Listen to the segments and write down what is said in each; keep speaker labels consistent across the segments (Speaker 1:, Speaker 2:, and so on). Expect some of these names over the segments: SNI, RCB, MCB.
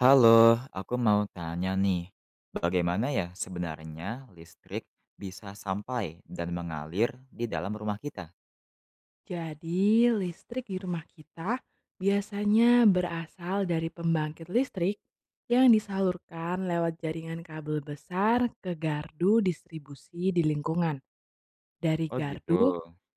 Speaker 1: Halo, aku mau tanya nih, bagaimana ya sebenarnya listrik bisa sampai dan mengalir di dalam rumah kita?
Speaker 2: Jadi, listrik di rumah kita biasanya berasal dari pembangkit listrik yang disalurkan lewat jaringan kabel besar ke gardu distribusi di lingkungan. Dari
Speaker 1: Oh gitu.
Speaker 2: gardu,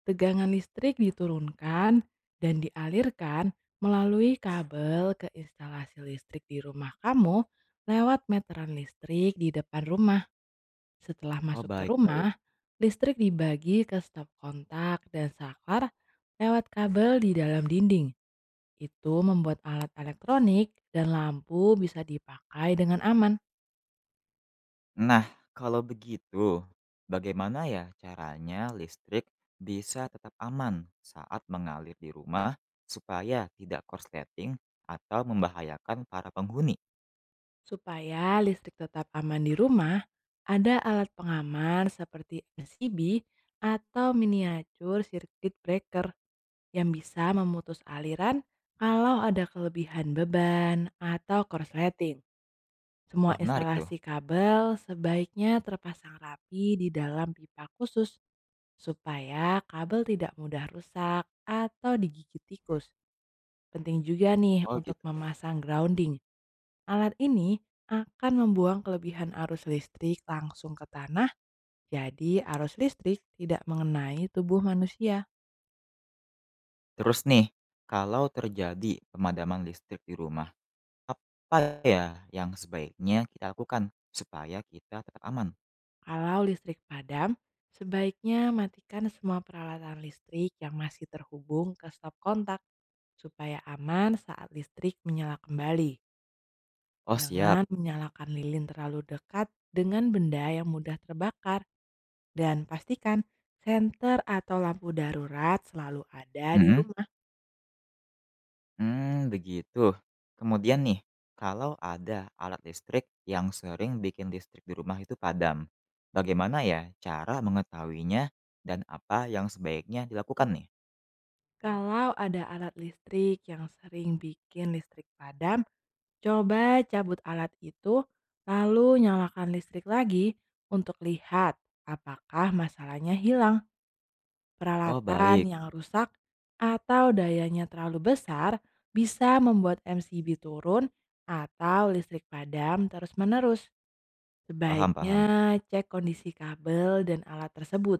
Speaker 2: tegangan listrik diturunkan dan dialirkan melalui kabel ke instalasi listrik di rumah kamu lewat meteran listrik di depan rumah. Setelah
Speaker 1: Oh,
Speaker 2: masuk ke rumah,
Speaker 1: baik-baik.
Speaker 2: listrik dibagi ke stop kontak dan saklar lewat kabel di dalam dinding. Itu membuat alat elektronik dan lampu bisa dipakai dengan aman.
Speaker 1: Nah, kalau begitu, bagaimana ya caranya listrik bisa tetap aman saat mengalir di rumah supaya tidak korsleting atau membahayakan para penghuni?
Speaker 2: Supaya listrik tetap aman di rumah, ada alat pengaman seperti RCB atau miniatur circuit breaker yang bisa memutus aliran kalau ada kelebihan beban atau korsleting. Semua
Speaker 1: Wah, menarik tuh.
Speaker 2: instalasi kabel sebaiknya terpasang rapi di dalam pipa khusus supaya kabel tidak mudah rusak atau digigit tikus. Penting juga nih
Speaker 1: Oh
Speaker 2: untuk
Speaker 1: gitu.
Speaker 2: memasang grounding. Alat ini akan membuang kelebihan arus listrik langsung ke tanah, jadi arus listrik tidak mengenai tubuh manusia.
Speaker 1: Terus nih, kalau terjadi pemadaman listrik di rumah, apa ya yang sebaiknya kita lakukan supaya kita tetap aman?
Speaker 2: Kalau listrik padam, sebaiknya matikan semua peralatan listrik yang masih terhubung ke stop kontak supaya aman saat listrik menyala kembali.
Speaker 1: Oh siap,
Speaker 2: Jangan menyalakan lilin terlalu dekat dengan benda yang mudah terbakar dan pastikan senter atau lampu darurat selalu ada di
Speaker 1: mhm,
Speaker 2: rumah.
Speaker 1: begitu. Kemudian nih, kalau ada alat listrik yang sering bikin listrik di rumah itu padam, bagaimana ya cara mengetahuinya dan apa yang sebaiknya dilakukan nih?
Speaker 2: Kalau ada alat listrik yang sering bikin listrik padam, coba cabut alat itu lalu nyalakan listrik lagi untuk lihat apakah masalahnya hilang.
Speaker 1: Oh baik,
Speaker 2: Peralatan yang rusak atau dayanya terlalu besar bisa membuat MCB turun atau listrik padam terus-menerus.
Speaker 1: paham paham.
Speaker 2: Sebaiknya cek kondisi kabel dan alat tersebut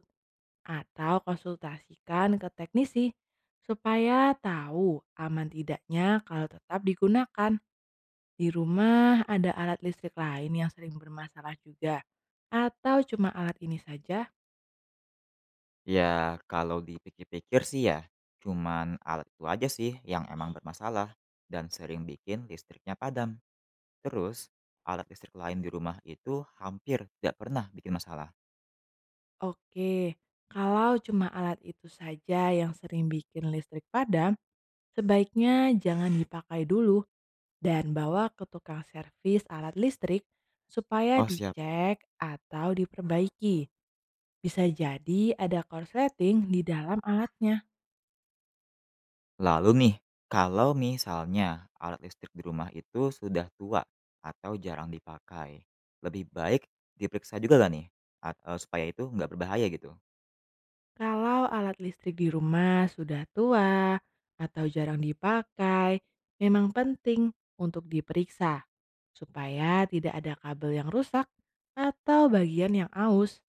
Speaker 2: atau konsultasikan ke teknisi supaya tahu aman tidaknya kalau tetap digunakan. Di rumah ada alat listrik lain yang sering bermasalah juga atau cuma alat ini saja?
Speaker 1: Ya kalau dipikir-pikir sih ya, cuman alat itu aja sih yang emang bermasalah dan sering bikin listriknya padam. Terus, alat listrik lain di rumah itu hampir tidak pernah bikin masalah.
Speaker 2: Oke, kalau cuma alat itu saja yang sering bikin listrik padam, sebaiknya jangan dipakai dulu dan bawa ke tukang servis alat listrik supaya
Speaker 1: Oh siap.
Speaker 2: dicek atau diperbaiki. Bisa jadi ada korsleting di dalam alatnya.
Speaker 1: Lalu nih, kalau misalnya alat listrik di rumah itu sudah tua atau jarang dipakai, lebih baik diperiksa juga gak nih? Supaya itu nggak berbahaya gitu.
Speaker 2: Kalau alat listrik di rumah sudah tua atau jarang dipakai, memang penting untuk diperiksa supaya tidak ada kabel yang rusak atau bagian yang aus.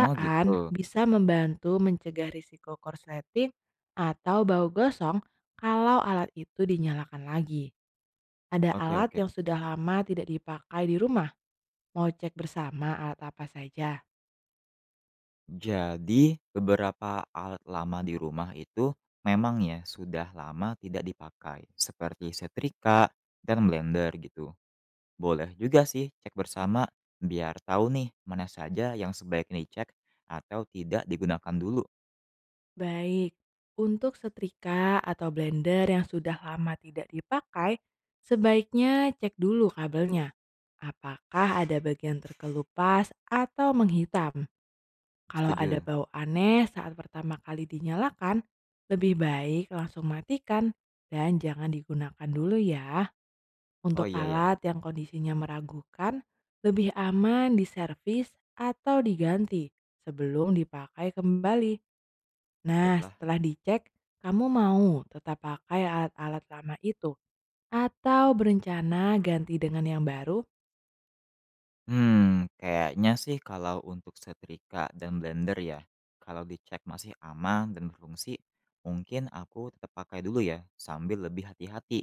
Speaker 1: Oh gitu.
Speaker 2: bisa membantu mencegah risiko korsleting atau bau gosong kalau alat itu dinyalakan lagi. Ada
Speaker 1: Oke
Speaker 2: alat
Speaker 1: oke.
Speaker 2: yang sudah lama tidak dipakai di rumah. Mau cek bersama alat apa saja?
Speaker 1: Jadi beberapa alat lama di rumah itu memang ya sudah lama tidak dipakai, seperti setrika dan blender gitu. Boleh juga sih cek bersama biar tahu nih mana saja yang sebaiknya dicek atau tidak digunakan dulu.
Speaker 2: Baik, untuk setrika atau blender yang sudah lama tidak dipakai, sebaiknya cek dulu kabelnya. Apakah ada bagian terkelupas atau menghitam? Kalau ada
Speaker 1: Setuju?
Speaker 2: bau aneh saat pertama kali dinyalakan, lebih baik langsung matikan dan jangan digunakan dulu ya.
Speaker 1: Oh
Speaker 2: Untuk
Speaker 1: iya ya,
Speaker 2: alat yang kondisinya meragukan, lebih aman diservis atau diganti sebelum dipakai kembali. Nah,
Speaker 1: baiklah.
Speaker 2: setelah dicek, kamu mau tetap pakai alat-alat lama itu atau berencana ganti dengan yang baru?
Speaker 1: Kayaknya sih kalau untuk setrika dan blender ya, kalau dicek masih aman dan berfungsi, mungkin aku tetap pakai dulu ya sambil lebih hati-hati.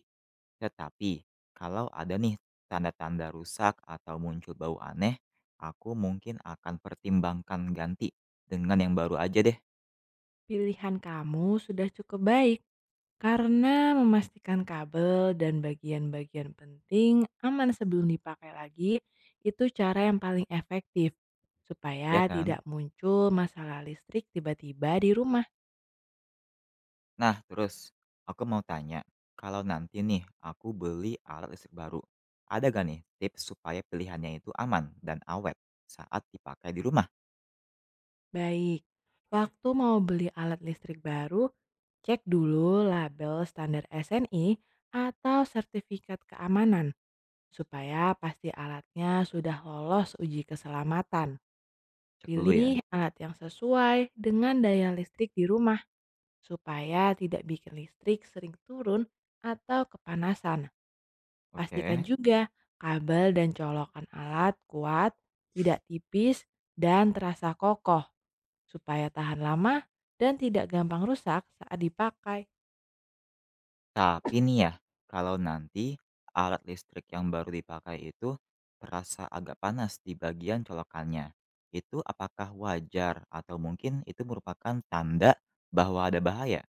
Speaker 1: Tetapi kalau ada nih tanda-tanda rusak atau muncul bau aneh, aku mungkin akan pertimbangkan ganti dengan yang baru aja deh,
Speaker 2: Pilihan kamu sudah cukup baik. Karena memastikan kabel dan bagian-bagian penting aman sebelum dipakai lagi, itu cara yang paling efektif
Speaker 1: ya
Speaker 2: supaya
Speaker 1: kan?
Speaker 2: tidak muncul masalah listrik tiba-tiba di rumah.
Speaker 1: Nah, terus aku mau tanya, kalau nanti nih aku beli alat listrik baru, ada gak nih tips supaya pilihannya itu aman dan awet saat dipakai di rumah?
Speaker 2: Baik, waktu mau beli alat listrik baru, cek dulu label standar SNI atau sertifikat keamanan supaya pasti alatnya sudah lolos uji keselamatan.
Speaker 1: Cek dulu ya.
Speaker 2: Pilih alat yang sesuai dengan daya listrik di rumah supaya tidak bikin listrik sering turun atau kepanasan. Pastikan
Speaker 1: Oke.
Speaker 2: juga kabel dan colokan alat kuat, tidak tipis, dan terasa kokoh supaya tahan lama dan tidak gampang rusak saat dipakai.
Speaker 1: Tapi nih ya, kalau nanti alat listrik yang baru dipakai itu terasa agak panas di bagian colokannya, itu apakah wajar atau mungkin itu merupakan tanda bahwa ada bahaya?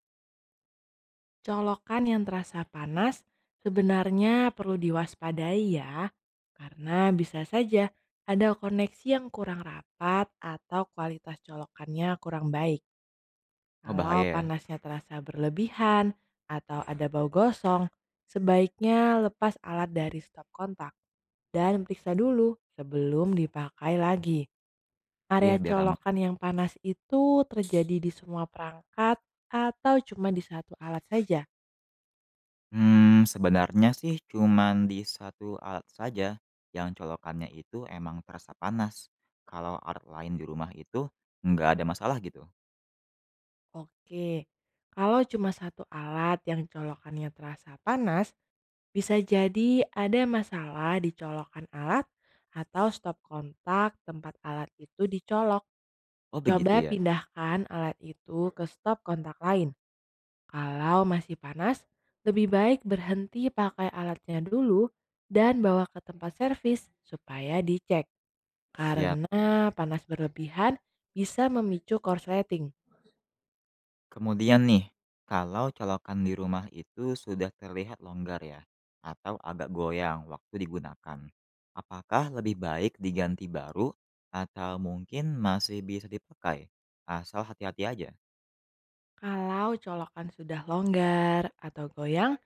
Speaker 2: Colokan yang terasa panas sebenarnya perlu diwaspadai ya, karena bisa saja ada koneksi yang kurang rapat atau kualitas colokannya kurang baik.
Speaker 1: Oh,
Speaker 2: Kalau
Speaker 1: bahaya ya.
Speaker 2: panasnya terasa berlebihan atau ada bau gosong, sebaiknya lepas alat dari stop kontak dan periksa dulu sebelum dipakai lagi.
Speaker 1: Iya,
Speaker 2: Area
Speaker 1: biar aman.
Speaker 2: colokan yang panas itu terjadi di semua perangkat atau cuma di satu alat saja?
Speaker 1: Sebenarnya sih cuman di satu alat saja, yang colokannya itu emang terasa panas. Kalau alat lain di rumah itu nggak ada masalah gitu.
Speaker 2: Oke, kalau cuma satu alat yang colokannya terasa panas, bisa jadi ada masalah di colokan alat atau stop kontak tempat alat itu dicolok.
Speaker 1: Oh begitu
Speaker 2: Coba
Speaker 1: ya?
Speaker 2: pindahkan alat itu ke stop kontak lain. Kalau masih panas, lebih baik berhenti pakai alatnya dulu dan bawa ke tempat servis supaya dicek.
Speaker 1: Siap.
Speaker 2: Karena panas berlebihan bisa memicu korsleting.
Speaker 1: Kemudian nih, kalau colokan di rumah itu sudah terlihat longgar ya, atau agak goyang waktu digunakan, apakah lebih baik diganti baru atau mungkin masih bisa dipakai? Asal hati-hati aja.
Speaker 2: Kalau colokan sudah longgar atau goyang,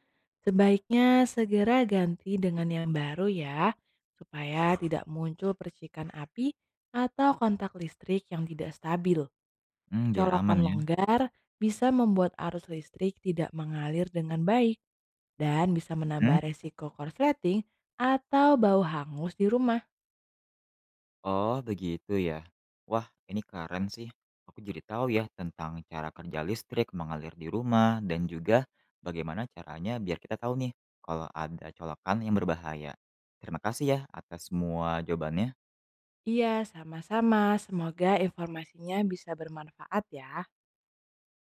Speaker 2: sebaiknya segera ganti dengan yang baru ya, supaya tidak muncul percikan api atau kontak listrik yang tidak stabil.
Speaker 1: Biar
Speaker 2: Colokan
Speaker 1: aman ya.
Speaker 2: longgar bisa membuat arus listrik tidak mengalir dengan baik dan bisa
Speaker 1: Mhm.
Speaker 2: menambah resiko korsleting atau bau hangus di rumah.
Speaker 1: Oh, begitu ya. Wah, ini keren sih. Aku jadi tahu ya tentang cara kerja listrik mengalir di rumah dan juga bagaimana caranya biar kita tahu nih kalau ada colokan yang berbahaya. Terima kasih ya atas semua jawabannya.
Speaker 2: Iya, sama-sama. Semoga informasinya bisa bermanfaat ya.